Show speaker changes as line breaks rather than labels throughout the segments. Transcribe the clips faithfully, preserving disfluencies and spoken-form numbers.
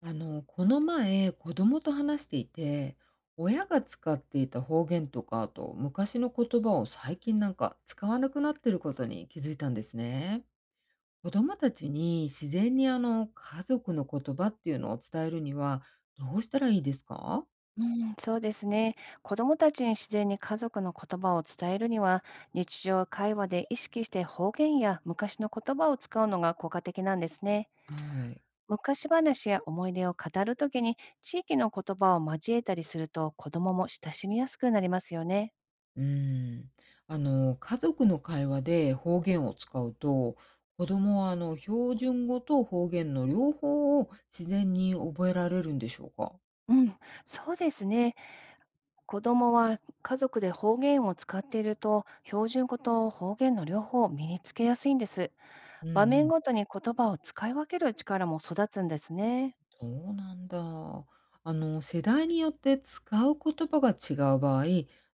あの、この前、子供と話していて、親が使っていた方言とか、あと昔の言葉を最近なんか使わなくなってることに気づいたんですね。子供たちに自然にあの家族の言葉っていうのを伝えるにはどうしたらいいですか。
うん、そうですね。子どもたちに自然に家族の言葉を伝えるには、日常会話で意識して方言や昔の言葉を使うのが効果的なんですね。
はい。
昔話や思い出を語るときに、地域の言葉を交えたりすると、子どもも親しみやすくなりますよね。
うん。あの、家族の会話で方言を使うと、子供はあの標準語と方言の両方を自然に覚えられるんでしょうか。
うん、そうですね。子どもは家族で方言を使っていると、標準語と方言の両方を身につけやすいんです。
うん
場
う
面
ん。
ごとに言葉を使い分ける力も育つんですね。
そうなんだ。あの、世代によって使う言葉が違う場合、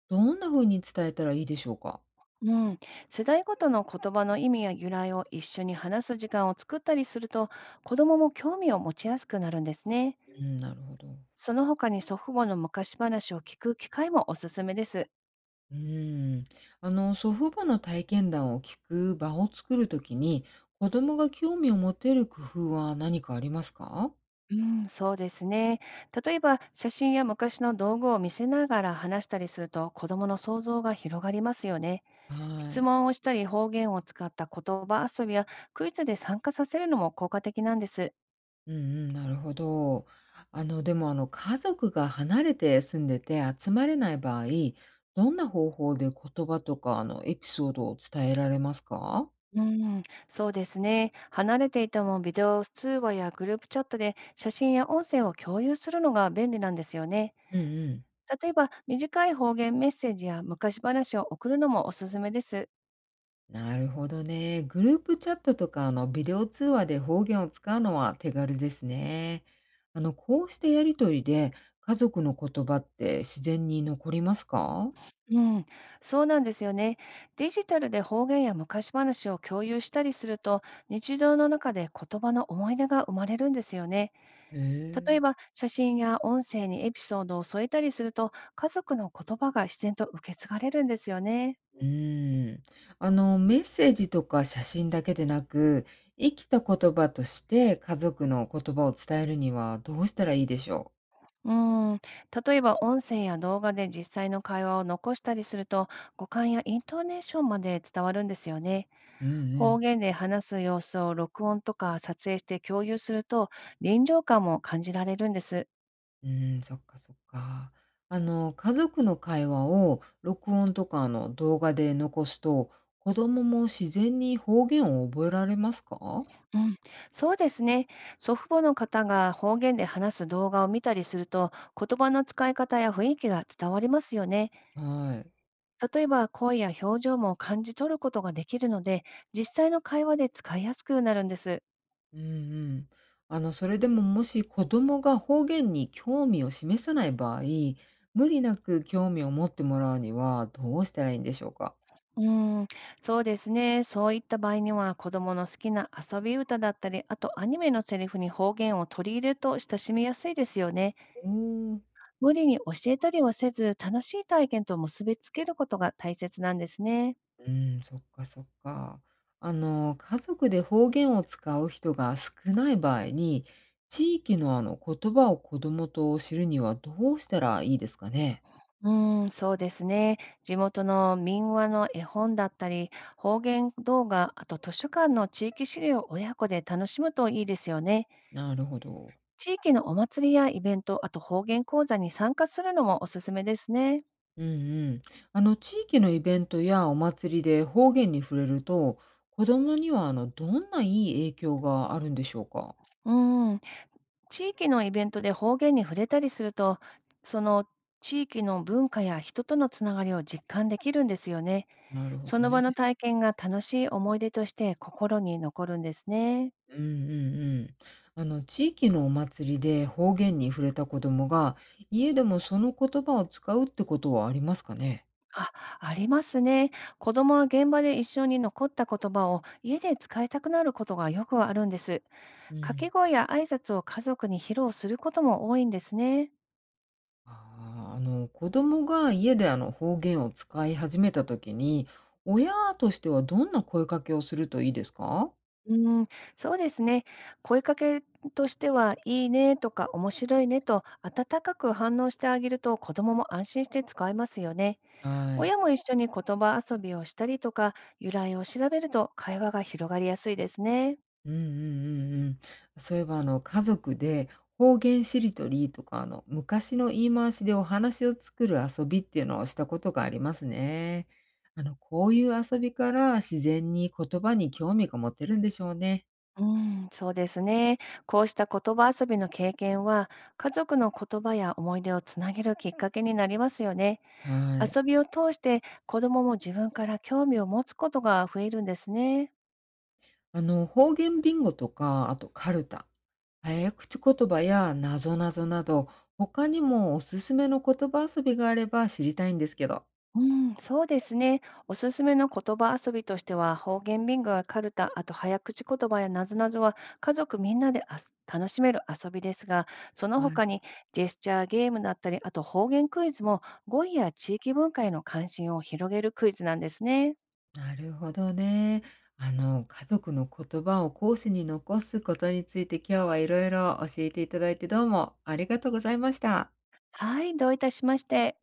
どんな風に伝えたらいいでしょうか？
うん、世代ごとの言葉の意味や由来を一緒に話す時間を作ったりすると、子どもも興味を持ちやすくなるんですね。
うん、なるほど。
その他に祖父母の昔話を聞く機会もおすすめです。
うん。あの、祖父母の体験談を聞く場を作るときに、子供が興味を持てる工夫は何かありますか？
うん、そうですね。例えば、写真や昔の道具を見せながら話したりすると、子どもの想像が広がりますよね。
は
質
い。
問をしたり、方言を使った言葉遊びやクイズで参加させるのも効果的なんです。
うんうん、なるほど。あの、でも、あの、家族が離れて住んでて集まれない場合、どんな方法で言葉とか、あの、エピソードを伝えられますか？
うん、そうですね。離れていてもビデオ通話やグループチャットで写真や音声を共有するのが便利なんですよね。
うんうん。
例えば、短い方言メッセージや昔話を送るのもおすすめです。
なるほどね。グループチャットとか、あの、ビデオ通話で方言を使うのは手軽ですね。あの、こうしてやりとりで、家族の言葉って自然に残りますか。
うん、そうなんですよね。デジタルで方言や昔話を共有したりすると、日常の中で言葉の思い出が生まれるんですよね。
へ
例え
え。
ば、写真や音声にエピソードを添えたりすると、家族の言葉が自然と受け継がれるんですよね。
うん。あの、メッセージとか写真だけでなく、生きた言葉として家族の言葉を伝えるにはどうしたらいいでしょ
うん、例えば音声や動画で実際の会話を残したりすると、語感やイントネーションまで伝わるんですよね。
う。うんう
方
ん。
言で話す様子を録音とか撮影して共有すると、臨場感も感じられるんです。
うーん、そっかそっか。あの、家族の会話を録音とか、あの、動画で残すと、子供も自然に方言を覚えられますか。
うん、そうですね。祖父母の方が方言で話す動画を見たりすると、言葉の使い方や雰囲気が伝わりますよね。
はい。
例えば声や表情も感じ取ることができるので、実際の会話で使いやすくなるんです。
うんうん。あの、それでももし子供が方言に興味を示さない場合、無理なく興味を持ってもらうにはどうしたらいいんでしょうか。
うーん、そうですね。そういった場合には、子供の好きな遊び歌だったり、あとアニメのセリフに方言を取り入れると親しみやすいですよね。
おー。
無理に教えたりはせず、楽しい体験と結びつけることが大切なんですね。
うん、そっかそっか。あの、家族で方言を使う人が少ない場合に、地域のあの言葉を子供と知るにはどうしたらいいですかね。
うーん、そうですね。地元の民話の絵本だったり、方言動画、あと図書館の地域資料を親子で楽しむといいですよね。
なるほど。
地域のお祭りやイベント、あと方言講座に参加するのもおすすめですね。
うんうん。あの、地域のイベントやお祭りで方言に触れると、子供にはあの、どんないい影響があるんでしょうか。
うーん。地域のイベントで方言に触れたりすると、その地域の文化や人とのつながりを実感できるんですよね。
なるほ
そ
ど
の
ね。
場の体験が楽しい思い出として心に残るんですね。
うんうんうん。あの、地域のお祭りで方言に触れた子供が、家でもその言葉を使うってことはありますかね？
あ、ありますね。子供は現場で一緒に残った言葉を家で使いたくなることがよくあるんです。
う
掛け
ん、
声や挨拶を家族に披露することも多いんですね。
あーあの、子供が家で、あの、方言を使い始めた時に、親としてはどんな声かけをするといいですか？
うーん、そうですね。声かけとしては、いいねとか面白いねと温かく反応してあげると子供も安心して使えますよね。
はい。
親も一緒に言葉遊びをしたりとか、由来を調べると会話が広がりやすいですね。
うんうんうんうん。そういえば、あの、家族で方言しりとりとか、あの、昔の言い回しでお話を作る遊びっていうのをしたことがありますね。あの、こういう遊びから自然に言葉に興味が持てるんでしょうね。
うん、そうですね。こうした言葉遊びの経験は、家族の言葉や思い出をつなげるきっかけになりますよね。
はい。
遊びを通して子供も自分から興味を持つことが増えるんですね。
あの、方言ビンゴとか、あとカルタ、早口言葉やなぞなぞなど、他にもおすすめの言葉遊びがあれば知りたいんですけど。
うん、そうですね。おすすめの言葉遊びとしては、方言ビンゴやカルタ、あと早口言葉やなぞなぞは、家族みんなであす楽しめる遊びですが、その
はい。
他にジェスチャーゲームだったり、あと方言クイズも、語彙や地域文化への関心を広げるクイズなんですね。
なるほどね。あの、家族の言葉を後世に残すことについて今日はいろいろ教えていただいてどうもありがとうございました。
はい、どういたしまして。